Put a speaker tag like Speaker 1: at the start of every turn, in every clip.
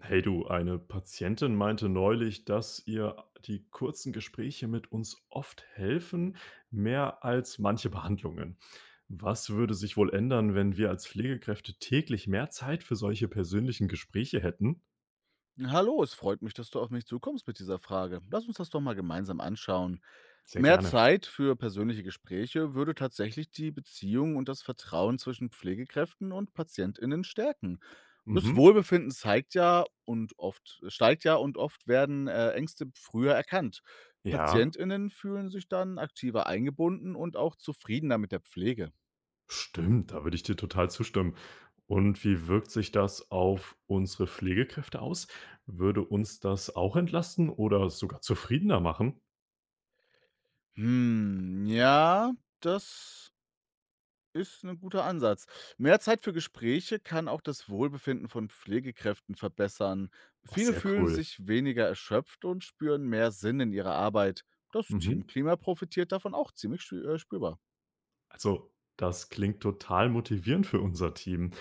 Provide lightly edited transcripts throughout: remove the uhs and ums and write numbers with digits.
Speaker 1: Hey du, eine Patientin meinte neulich, dass ihr die kurzen Gespräche mit uns oft helfen, mehr als manche Behandlungen. Was würde sich wohl ändern, wenn wir als Pflegekräfte täglich mehr Zeit für solche persönlichen Gespräche hätten?
Speaker 2: Hallo, es freut mich, dass du auf mich zukommst mit dieser Frage. Lass uns das doch mal gemeinsam anschauen.
Speaker 1: Sehr
Speaker 2: Mehr
Speaker 1: gerne.
Speaker 2: Zeit für persönliche Gespräche würde tatsächlich die Beziehung und das Vertrauen zwischen Pflegekräften und PatientInnen stärken. Das
Speaker 1: Mhm.
Speaker 2: Wohlbefinden zeigt ja und oft steigt ja und oft werden Ängste früher erkannt.
Speaker 1: Ja,
Speaker 2: PatientInnen fühlen sich dann aktiver eingebunden und auch zufriedener mit der Pflege.
Speaker 1: stimmt, da würde ich dir total zustimmen. Und wie wirkt sich das auf unsere Pflegekräfte aus? Würde uns das auch entlasten oder sogar zufriedener machen?
Speaker 2: Hm, ja, das Ist ein guter Ansatz. Mehr Zeit für Gespräche kann auch das Wohlbefinden von Pflegekräften verbessern.
Speaker 1: Oh,
Speaker 2: Viele
Speaker 1: sehr
Speaker 2: fühlen
Speaker 1: cool.
Speaker 2: sich weniger erschöpft und spüren mehr Sinn in ihrer Arbeit. Das
Speaker 1: Mhm.
Speaker 2: Teamklima profitiert davon auch ziemlich schü spürbar.
Speaker 1: Also, das klingt total motivierend für unser Team.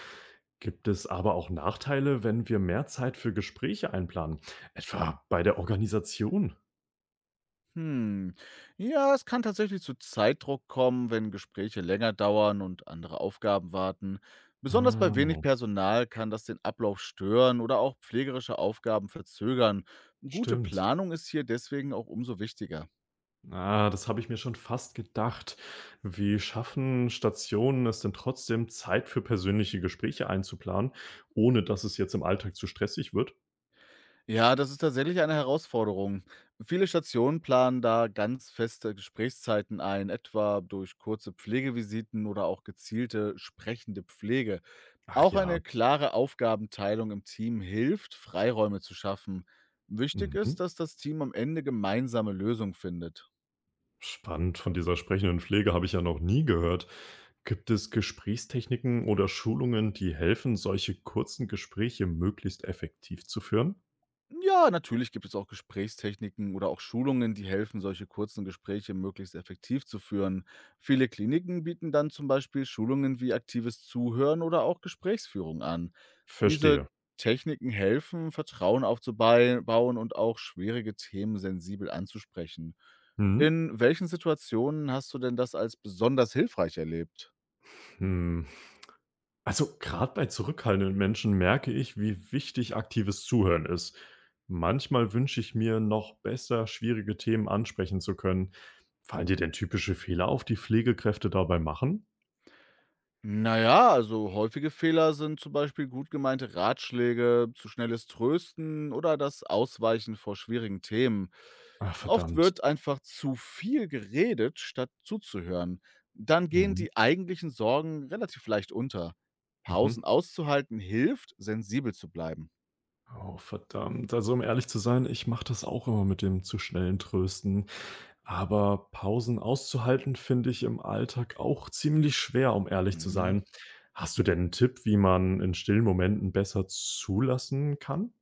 Speaker 1: Gibt es aber auch Nachteile, wenn wir mehr Zeit für Gespräche einplanen? Etwa bei der Organisation?
Speaker 2: Hm, ja, es kann tatsächlich zu Zeitdruck kommen, wenn Gespräche länger dauern und andere Aufgaben warten. Besonders bei
Speaker 1: Ah,
Speaker 2: wenig Personal kann das den Ablauf stören oder auch pflegerische Aufgaben verzögern. Gute
Speaker 1: stimmt.
Speaker 2: Planung ist hier deswegen auch umso wichtiger.
Speaker 1: Ah, das habe ich mir schon fast gedacht. Wie schaffen Stationen es denn trotzdem, Zeit für persönliche Gespräche einzuplanen, ohne dass es jetzt im Alltag zu stressig wird?
Speaker 2: Ja, das ist tatsächlich eine Herausforderung. Viele Stationen planen da ganz feste Gesprächszeiten ein, etwa durch kurze Pflegevisiten oder auch gezielte sprechende Pflege.
Speaker 1: Ach
Speaker 2: Auch
Speaker 1: ja.
Speaker 2: eine klare Aufgabenteilung im Team hilft, Freiräume zu schaffen. Wichtig
Speaker 1: Mhm.
Speaker 2: ist, dass das Team am Ende gemeinsame Lösungen findet.
Speaker 1: Spannend, von dieser sprechenden Pflege habe ich ja noch nie gehört. Gibt es Gesprächstechniken oder Schulungen, die helfen, solche kurzen Gespräche möglichst effektiv zu führen?
Speaker 2: Ja, natürlich gibt es auch Gesprächstechniken oder auch Schulungen, die helfen, solche kurzen Gespräche möglichst effektiv zu führen. Viele Kliniken bieten dann zum Beispiel Schulungen wie aktives Zuhören oder auch Gesprächsführung an. Diese
Speaker 1: Verstehe.
Speaker 2: Techniken helfen, Vertrauen aufzubauen und auch schwierige Themen sensibel anzusprechen.
Speaker 1: Mhm.
Speaker 2: In welchen Situationen hast du denn das als besonders hilfreich erlebt?
Speaker 1: Hm. Also gerade bei zurückhaltenden Menschen merke ich, wie wichtig aktives Zuhören ist. Manchmal wünsche ich mir, noch besser schwierige Themen ansprechen zu können. Fallen dir denn typische Fehler auf, die Pflegekräfte dabei machen?
Speaker 2: Na ja, also häufige Fehler sind zum Beispiel gut gemeinte Ratschläge, zu schnelles Trösten oder das Ausweichen vor schwierigen Themen.
Speaker 1: Ah,
Speaker 2: Oft
Speaker 1: verdammt.
Speaker 2: wird einfach zu viel geredet, statt zuzuhören. Dann gehen
Speaker 1: Mhm.
Speaker 2: die eigentlichen Sorgen relativ leicht unter. Pausen
Speaker 1: Mhm.
Speaker 2: auszuhalten hilft, sensibel zu bleiben.
Speaker 1: Oh, verdammt. Also, um ehrlich zu sein, ich mache das auch immer mit dem zu schnellen Trösten. Aber Pausen auszuhalten, finde ich im Alltag auch ziemlich schwer, um ehrlich zu
Speaker 2: Mhm, ja.
Speaker 1: sein. Hast du denn einen Tipp, wie man in stillen Momenten besser zulassen kann?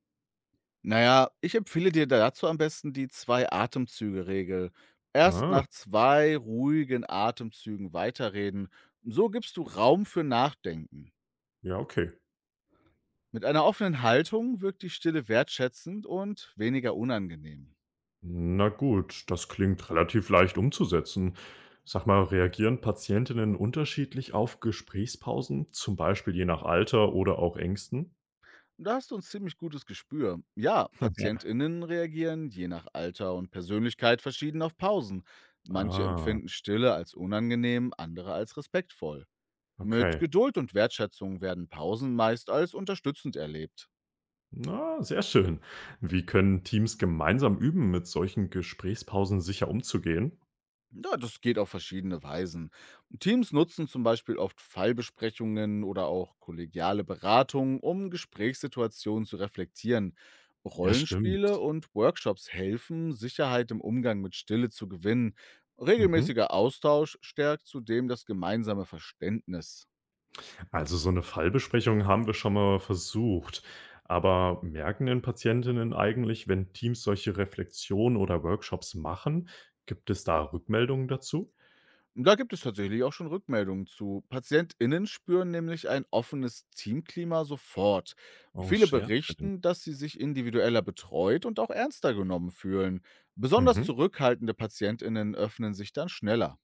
Speaker 2: Na ja, ich empfehle dir dazu am besten die Zwei-Atemzüge-Regel. Erst
Speaker 1: Ah,
Speaker 2: nach 2 ruhigen Atemzügen weiterreden. So gibst du Raum für Nachdenken.
Speaker 1: ja, okay.
Speaker 2: Mit einer offenen Haltung wirkt die Stille wertschätzend und weniger unangenehm.
Speaker 1: Na gut, das klingt relativ leicht umzusetzen. Sag mal, reagieren Patientinnen unterschiedlich auf Gesprächspausen, zum Beispiel je nach Alter oder auch Ängsten?
Speaker 2: Und da hast du 'n ziemlich gutes Gespür. Ja,
Speaker 1: Ja.
Speaker 2: PatientInnen reagieren je nach Alter und Persönlichkeit verschieden auf Pausen. Manche
Speaker 1: Ah,
Speaker 2: empfinden Stille als unangenehm, andere als respektvoll. Mit
Speaker 1: okay.
Speaker 2: Geduld und Wertschätzung werden Pausen meist als unterstützend erlebt.
Speaker 1: Na, sehr schön. Wie können Teams gemeinsam üben, mit solchen Gesprächspausen sicher umzugehen?
Speaker 2: Ja, das geht auf verschiedene Weisen. Teams nutzen zum Beispiel oft Fallbesprechungen oder auch kollegiale Beratungen, um Gesprächssituationen zu reflektieren.
Speaker 1: Ja,
Speaker 2: Rollenspiele
Speaker 1: stimmt.
Speaker 2: und Workshops helfen, Sicherheit im Umgang mit Stille zu gewinnen.
Speaker 1: Mhm.
Speaker 2: Regelmäßiger Austausch stärkt zudem das gemeinsame Verständnis.
Speaker 1: Also so eine Fallbesprechung haben wir schon mal versucht. Aber merken denn Patientinnen eigentlich, wenn Teams solche Reflexionen oder Workshops machen, gibt es da Rückmeldungen dazu?
Speaker 2: Da gibt es tatsächlich auch schon Rückmeldungen zu. PatientInnen spüren nämlich ein offenes Teamklima sofort.
Speaker 1: Oh,
Speaker 2: Viele
Speaker 1: sehr schön.
Speaker 2: berichten, dass sie sich individueller betreut und auch ernster genommen fühlen. Besonders
Speaker 1: Mhm.
Speaker 2: zurückhaltende PatientInnen öffnen sich dann schneller.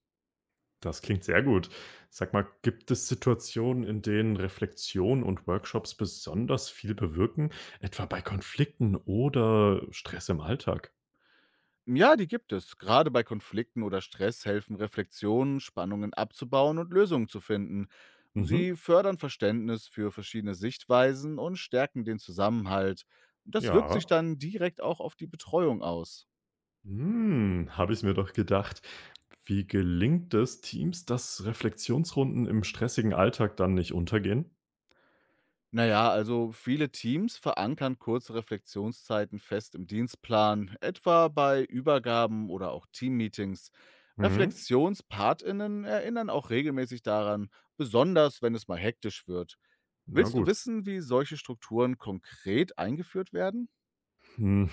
Speaker 1: Das klingt sehr gut. Sag mal, gibt es Situationen, in denen Reflexion und Workshops besonders viel bewirken, etwa bei Konflikten oder Stress im Alltag?
Speaker 2: Ja, die gibt es. Gerade bei Konflikten oder Stress helfen Reflexionen, Spannungen abzubauen und Lösungen zu finden.
Speaker 1: Mhm.
Speaker 2: Sie fördern Verständnis für verschiedene Sichtweisen und stärken den Zusammenhalt. Das wirkt
Speaker 1: Ja.
Speaker 2: sich dann direkt auch auf die Betreuung aus.
Speaker 1: Hm, habe ich mir doch gedacht. Wie gelingt es Teams, dass Reflexionsrunden im stressigen Alltag dann nicht untergehen?
Speaker 2: Naja, also viele Teams verankern kurze Reflexionszeiten fest im Dienstplan, etwa bei Übergaben oder auch Teammeetings.
Speaker 1: Mhm.
Speaker 2: ReflexionspartInnen erinnern auch regelmäßig daran, besonders wenn es mal hektisch wird.
Speaker 1: Na
Speaker 2: Willst du
Speaker 1: gut.
Speaker 2: wissen, wie solche Strukturen konkret eingeführt werden?
Speaker 1: Hm.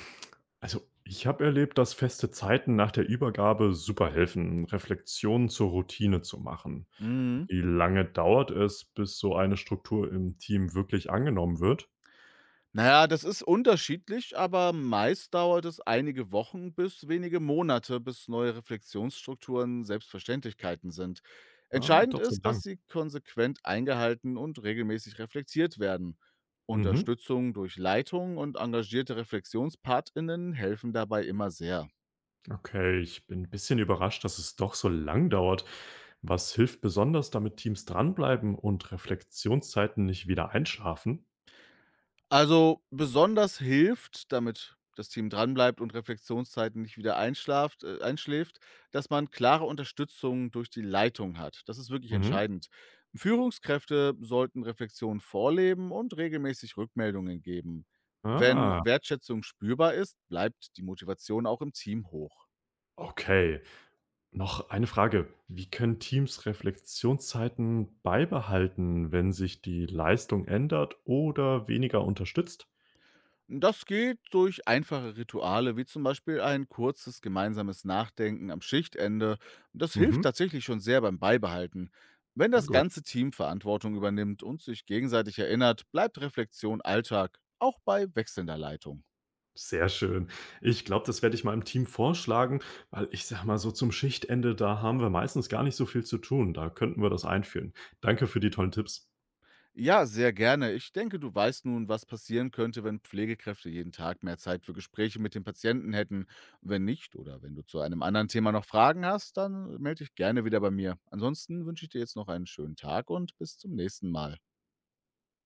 Speaker 1: Also, ich habe erlebt, dass feste Zeiten nach der Übergabe super helfen, Reflexionen zur Routine zu machen.
Speaker 2: Mhm.
Speaker 1: Wie lange dauert es, bis so eine Struktur im Team wirklich angenommen wird?
Speaker 2: Naja, das ist unterschiedlich, aber meist dauert es einige Wochen bis wenige Monate, bis neue Reflexionsstrukturen Selbstverständlichkeiten sind.
Speaker 1: Ah,
Speaker 2: Entscheidend
Speaker 1: doch so
Speaker 2: ist, dass
Speaker 1: lang.
Speaker 2: sie konsequent eingehalten und regelmäßig reflektiert werden.
Speaker 1: Mhm.
Speaker 2: Unterstützung durch Leitung und engagierte ReflexionspartInnen helfen dabei immer sehr.
Speaker 1: Okay, ich bin ein bisschen überrascht, dass es doch so lang dauert. Was hilft besonders, damit Teams dranbleiben und Reflexionszeiten nicht wieder einschlafen?
Speaker 2: Also, besonders hilft, damit das Team dranbleibt und Reflexionszeiten nicht wieder einschlaft einschläft, dass man klare Unterstützung durch die Leitung hat. Das ist wirklich
Speaker 1: Mhm.
Speaker 2: entscheidend. Führungskräfte sollten Reflexion vorleben und regelmäßig Rückmeldungen geben. Wenn
Speaker 1: Ah,
Speaker 2: Wertschätzung spürbar ist, bleibt die Motivation auch im Team hoch.
Speaker 1: okay. Noch eine Frage. Wie können Teams Reflexionszeiten beibehalten, wenn sich die Leistung ändert oder weniger unterstützt?
Speaker 2: Das geht durch einfache Rituale, wie zum Beispiel ein kurzes gemeinsames Nachdenken am Schichtende. Das hilft
Speaker 1: Mhm.
Speaker 2: tatsächlich schon sehr beim Beibehalten. Wenn
Speaker 1: Na
Speaker 2: das
Speaker 1: gut.
Speaker 2: ganze Team Verantwortung übernimmt und sich gegenseitig erinnert, bleibt Reflexion Alltag, auch bei wechselnder Leitung.
Speaker 1: Sehr schön. Ich glaube, das werde ich meinem Team vorschlagen, weil ich sage mal so zum Schichtende, da haben wir meistens gar nicht so viel zu tun. Da könnten wir das einführen. Danke für die tollen Tipps.
Speaker 2: Ja, sehr gerne. Ich denke, du weißt nun, was passieren könnte, wenn Pflegekräfte jeden Tag mehr Zeit für Gespräche mit den Patienten hätten. Wenn nicht oder wenn du zu einem anderen Thema noch Fragen hast, dann melde dich gerne wieder bei mir. Ansonsten wünsche ich dir jetzt noch einen schönen Tag und bis zum nächsten Mal.